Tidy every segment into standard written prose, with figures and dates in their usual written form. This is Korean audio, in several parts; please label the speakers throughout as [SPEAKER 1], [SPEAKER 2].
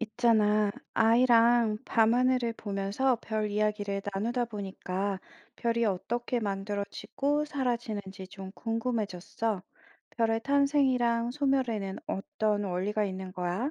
[SPEAKER 1] 있잖아, 아이랑 밤하늘을 보면서 별 이야기를 나누다 보니까 별이 어떻게 만들어지고 사라지는지 좀 궁금해졌어. 별의 탄생이랑 소멸에는 어떤 원리가 있는 거야?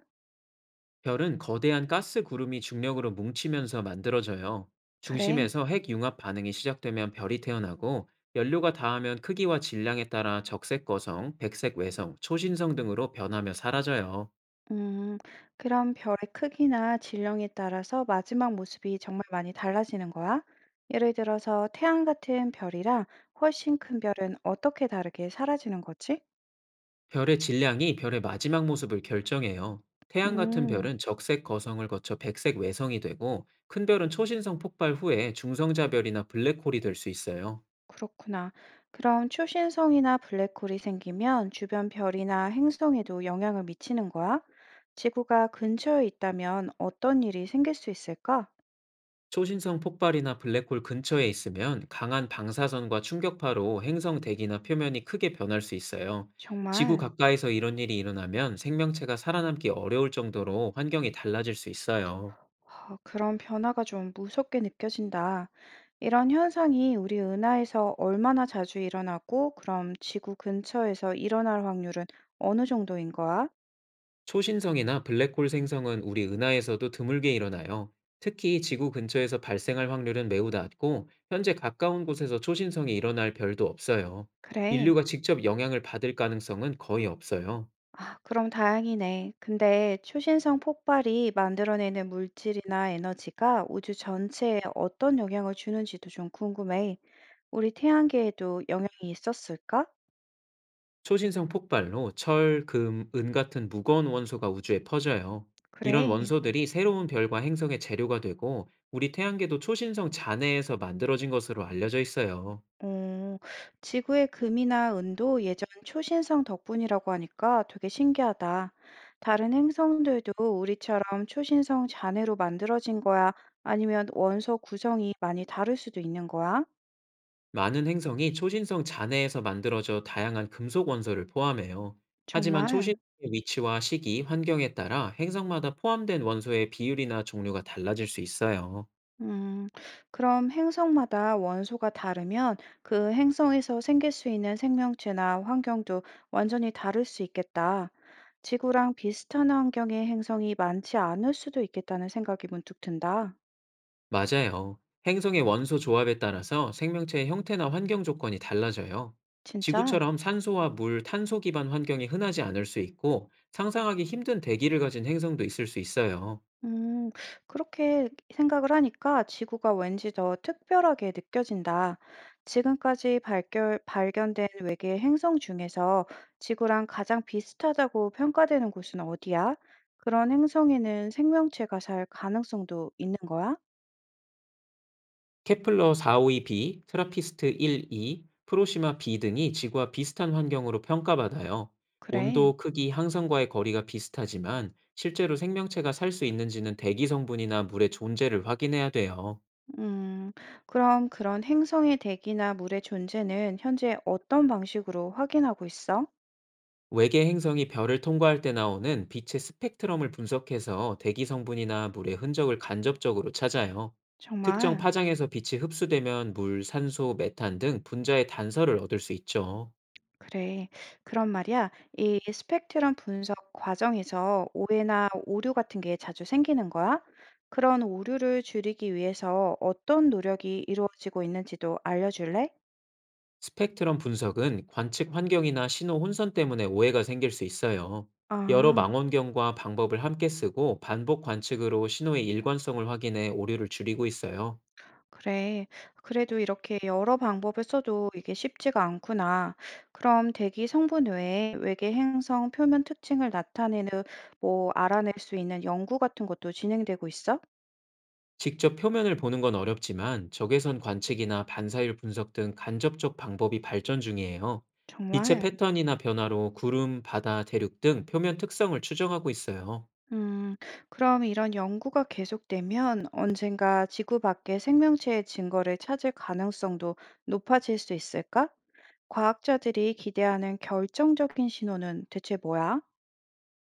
[SPEAKER 2] 별은 거대한 가스 구름이 중력으로 뭉치면서 만들어져요.
[SPEAKER 1] 그래.
[SPEAKER 2] 중심에서 핵 융합 반응이 시작되면 별이 태어나고 연료가 닿으면 크기와 질량에 따라 적색 거성, 백색 외성, 초신성 등으로 변하며 사라져요.
[SPEAKER 1] 음, 그럼 별의 크기나 질량에 따라서 마지막 모습이 정말 많이 달라지는 거야? 예를 들어서 태양 같은 별이랑 훨씬 큰 별은 어떻게 다르게 사라지는 거지?
[SPEAKER 2] 별의 질량이 별의 마지막 모습을 결정해요. 태양 같은
[SPEAKER 1] 음.
[SPEAKER 2] 별은 적색 거성을 거쳐 백색 외성이 되고 큰 별은 초신성 폭발 후에 중성자별이나 블랙홀이 될 수 있어요.
[SPEAKER 1] 그렇구나. 그럼 초신성이나 블랙홀이 생기면 주변 별이나 행성에도 영향을 미치는 거야? 지구가 근처에 있다면 어떤 일이 생길 수 있을까?
[SPEAKER 2] 초신성 폭발이나 블랙홀 근처에 있으면 강한 방사선과 충격파로 행성 대기나 표면이 크게 변할 수 있어요. 지구
[SPEAKER 1] 정말.
[SPEAKER 2] 가까이서 이런 일이 일어나면 생명체가 살아남기 어려울 정도로 환경이 달라질 수 있어요.
[SPEAKER 1] 아, 그런 변화가 좀 무섭게 느껴진다. 이런 현상이 우리 은하에서 얼마나 자주 일어나고, 그럼 지구 근처에서 일어날 확률은 어느 정도인 거야?
[SPEAKER 2] 초신성이나 블랙홀 생성은 우리 은하에서도 드물게 일어나요. 특히 지구 근처에서 발생할 확률은 매우 낮고 현재 가까운 곳에서 초신성이 일어날 별도 없어요.
[SPEAKER 1] 그래.
[SPEAKER 2] 인류가 직접 영향을 받을 가능성은 거의 없어요.
[SPEAKER 1] 아, 그럼 다행이네. 근데 초신성 폭발이 만들어내는 물질이나 에너지가 우주 전체에 어떤 영향을 주는지도 좀 궁금해. 우리 태양계에도 영향이 있었을까?
[SPEAKER 2] 초신성 폭발로 철, 금, 은 같은 무거운 원소가 우주에 퍼져요. 이런
[SPEAKER 1] 그래.
[SPEAKER 2] 원소들이 새로운 별과 행성의 재료가 되고 우리 태양계도 초신성 잔해에서 만들어진 것으로 알려져 있어요.
[SPEAKER 1] 어, 지구의 금이나 은도 예전 초신성 덕분이라고 하니까 되게 신기하다. 다른 행성들도 우리처럼 초신성 잔해로 만들어진 거야? 아니면 원소 구성이 많이 다를 수도 있는 거야?
[SPEAKER 2] 많은 행성이 초신성 잔해에서 만들어져 다양한 금속 원소를 포함해요. 하지만
[SPEAKER 1] 정말.
[SPEAKER 2] 초신성의 위치와 시기, 환경에 따라 행성마다 포함된 원소의 비율이나 종류가 달라질 수 있어요.
[SPEAKER 1] 음, 그럼 행성마다 원소가 다르면 그 행성에서 생길 수 있는 생명체나 환경도 완전히 다를 수 있겠다. 지구랑 비슷한 환경의 행성이 많지 않을 수도 있겠다는 생각이 문득 든다.
[SPEAKER 2] 맞아요. 행성의 원소 조합에 따라서 생명체의 형태나 환경 조건이 달라져요.
[SPEAKER 1] 진짜?
[SPEAKER 2] 지구처럼 산소와 물, 탄소 기반 환경이 흔하지 않을 수 있고 상상하기 힘든 대기를 가진 행성도 있을 수 있어요.
[SPEAKER 1] 음, 그렇게 생각을 하니까 지구가 왠지 더 특별하게 느껴진다. 지금까지 발견된 외계 행성 중에서 지구랑 가장 비슷하다고 평가되는 곳은 어디야? 그런 행성에는 생명체가 살 가능성도 있는 거야?
[SPEAKER 2] 케플러 452b, 트라피스트 1e, 프로시마 b 등이 지구와 비슷한 환경으로 평가받아요.
[SPEAKER 1] 그래.
[SPEAKER 2] 온도, 크기, 항성과의 거리가 비슷하지만 실제로 생명체가 살 수 있는지는 대기 성분이나 물의 존재를 확인해야 돼요.
[SPEAKER 1] 음, 그럼 그런 행성의 대기나 물의 존재는 현재 어떤 방식으로 확인하고 있어?
[SPEAKER 2] 외계 행성이 별을 통과할 때 나오는 빛의 스펙트럼을 분석해서 대기 성분이나 물의 흔적을 간접적으로 찾아요. 특정
[SPEAKER 1] 정말.
[SPEAKER 2] 파장에서 빛이 흡수되면 물, 산소, 메탄 등 분자의 단서를 얻을 수 있죠.
[SPEAKER 1] 그래. 그럼 말이야, 이 스펙트럼 분석 과정에서 오해나 오류 같은 게 자주 생기는 거야? 그런 오류를 줄이기 위해서 어떤 노력이 이루어지고 있는지도 알려줄래?
[SPEAKER 2] 스펙트럼 분석은 관측 환경이나 신호 혼선 때문에 오해가 생길 수 있어요. 여러
[SPEAKER 1] 아,
[SPEAKER 2] 망원경과 방법을 함께 쓰고 반복 관측으로 신호의 일관성을 확인해 오류를 줄이고 있어요.
[SPEAKER 1] 그래. 그래도 이렇게 여러 방법을 써도 이게 쉽지가 않구나. 그럼 대기 성분 외에 외계 행성 표면 특징을 나타내는 뭐 알아낼 수 있는 연구 같은 것도 진행되고 있어?
[SPEAKER 2] 직접 표면을 보는 건 어렵지만 적외선 관측이나 반사율 분석 등 간접적 방법이 발전 중이에요. 빛의
[SPEAKER 1] 정말?
[SPEAKER 2] 패턴이나 변화로 구름, 바다, 대륙 등 표면 특성을 추정하고 있어요.
[SPEAKER 1] 음, 그럼 이런 연구가 계속되면 언젠가 지구 밖의 생명체의 증거를 찾을 가능성도 높아질 수 있을까? 과학자들이 기대하는 결정적인 신호는 대체 뭐야?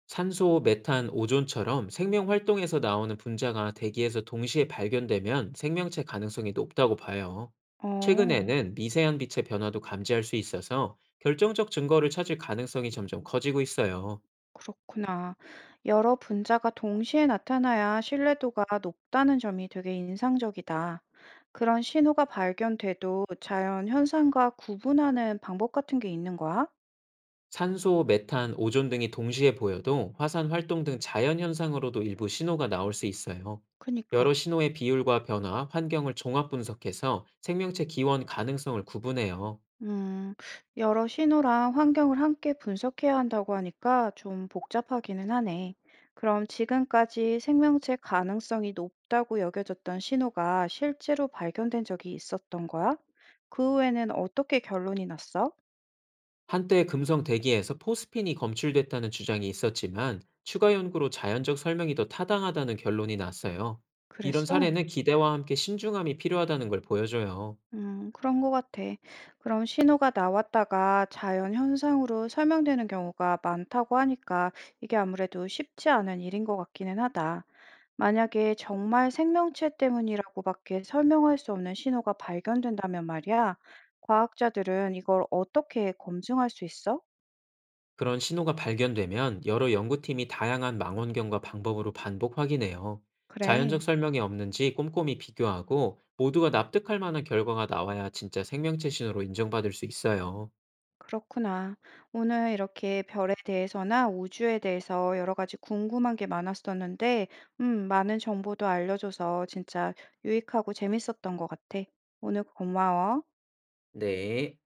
[SPEAKER 2] 산소, 메탄, 오존처럼 생명 활동에서 나오는 분자가 대기에서 동시에 발견되면 생명체 가능성이 높다고 봐요.
[SPEAKER 1] 어,
[SPEAKER 2] 최근에는 미세한 빛의 변화도 감지할 수 있어서 결정적 증거를 찾을 가능성이 점점 커지고 있어요.
[SPEAKER 1] 그렇구나. 여러 분자가 동시에 나타나야 신뢰도가 높다는 점이 되게 인상적이다. 그런 신호가 발견돼도 자연 현상과 구분하는 방법 같은 게 있는 거야?
[SPEAKER 2] 산소, 메탄, 오존 등이 동시에 보여도 화산 활동 등 자연 현상으로도 일부 신호가 나올 수 있어요. 여러
[SPEAKER 1] 그니까.
[SPEAKER 2] 신호의 비율과 변화, 환경을 종합 분석해서 생명체 기원 가능성을 구분해요.
[SPEAKER 1] 음, 여러 신호랑 환경을 함께 분석해야 한다고 하니까 좀 복잡하기는 하네. 그럼 지금까지 생명체 가능성이 높다고 여겨졌던 신호가 실제로 발견된 적이 있었던 거야? 그 후에는 어떻게 결론이 났어?
[SPEAKER 2] 한때 금성 대기에서 포스핀이 검출됐다는 주장이 있었지만 추가 연구로 자연적 설명이 더 타당하다는 결론이 났어요. 이런
[SPEAKER 1] 그랬어?
[SPEAKER 2] 사례는 기대와 함께 신중함이 필요하다는 걸 보여줘요.
[SPEAKER 1] 그런 것 같아. 그럼 신호가 나왔다가 자연 현상으로 설명되는 경우가 많다고 하니까 이게 아무래도 쉽지 않은 일인 것 같기는 하다. 만약에 정말 생명체 때문이라고밖에 설명할 수 없는 신호가 발견된다면 말이야, 과학자들은 이걸 어떻게 검증할 수 있어?
[SPEAKER 2] 그런 신호가 발견되면 여러 연구팀이 다양한 망원경과 방법으로 반복 확인해요.
[SPEAKER 1] 그래,
[SPEAKER 2] 자연적 설명이 없는지 꼼꼼히 비교하고 모두가 납득할 만한 결과가 나와야 진짜 생명체 신호로 인정받을 수 있어요.
[SPEAKER 1] 그렇구나. 오늘 이렇게 별에 대해서나 우주에 대해서 여러 가지 궁금한 게 많았었는데, 많은 정보도 알려줘서 진짜 유익하고 재밌었던 것 같아. 오늘 고마워.
[SPEAKER 2] 네.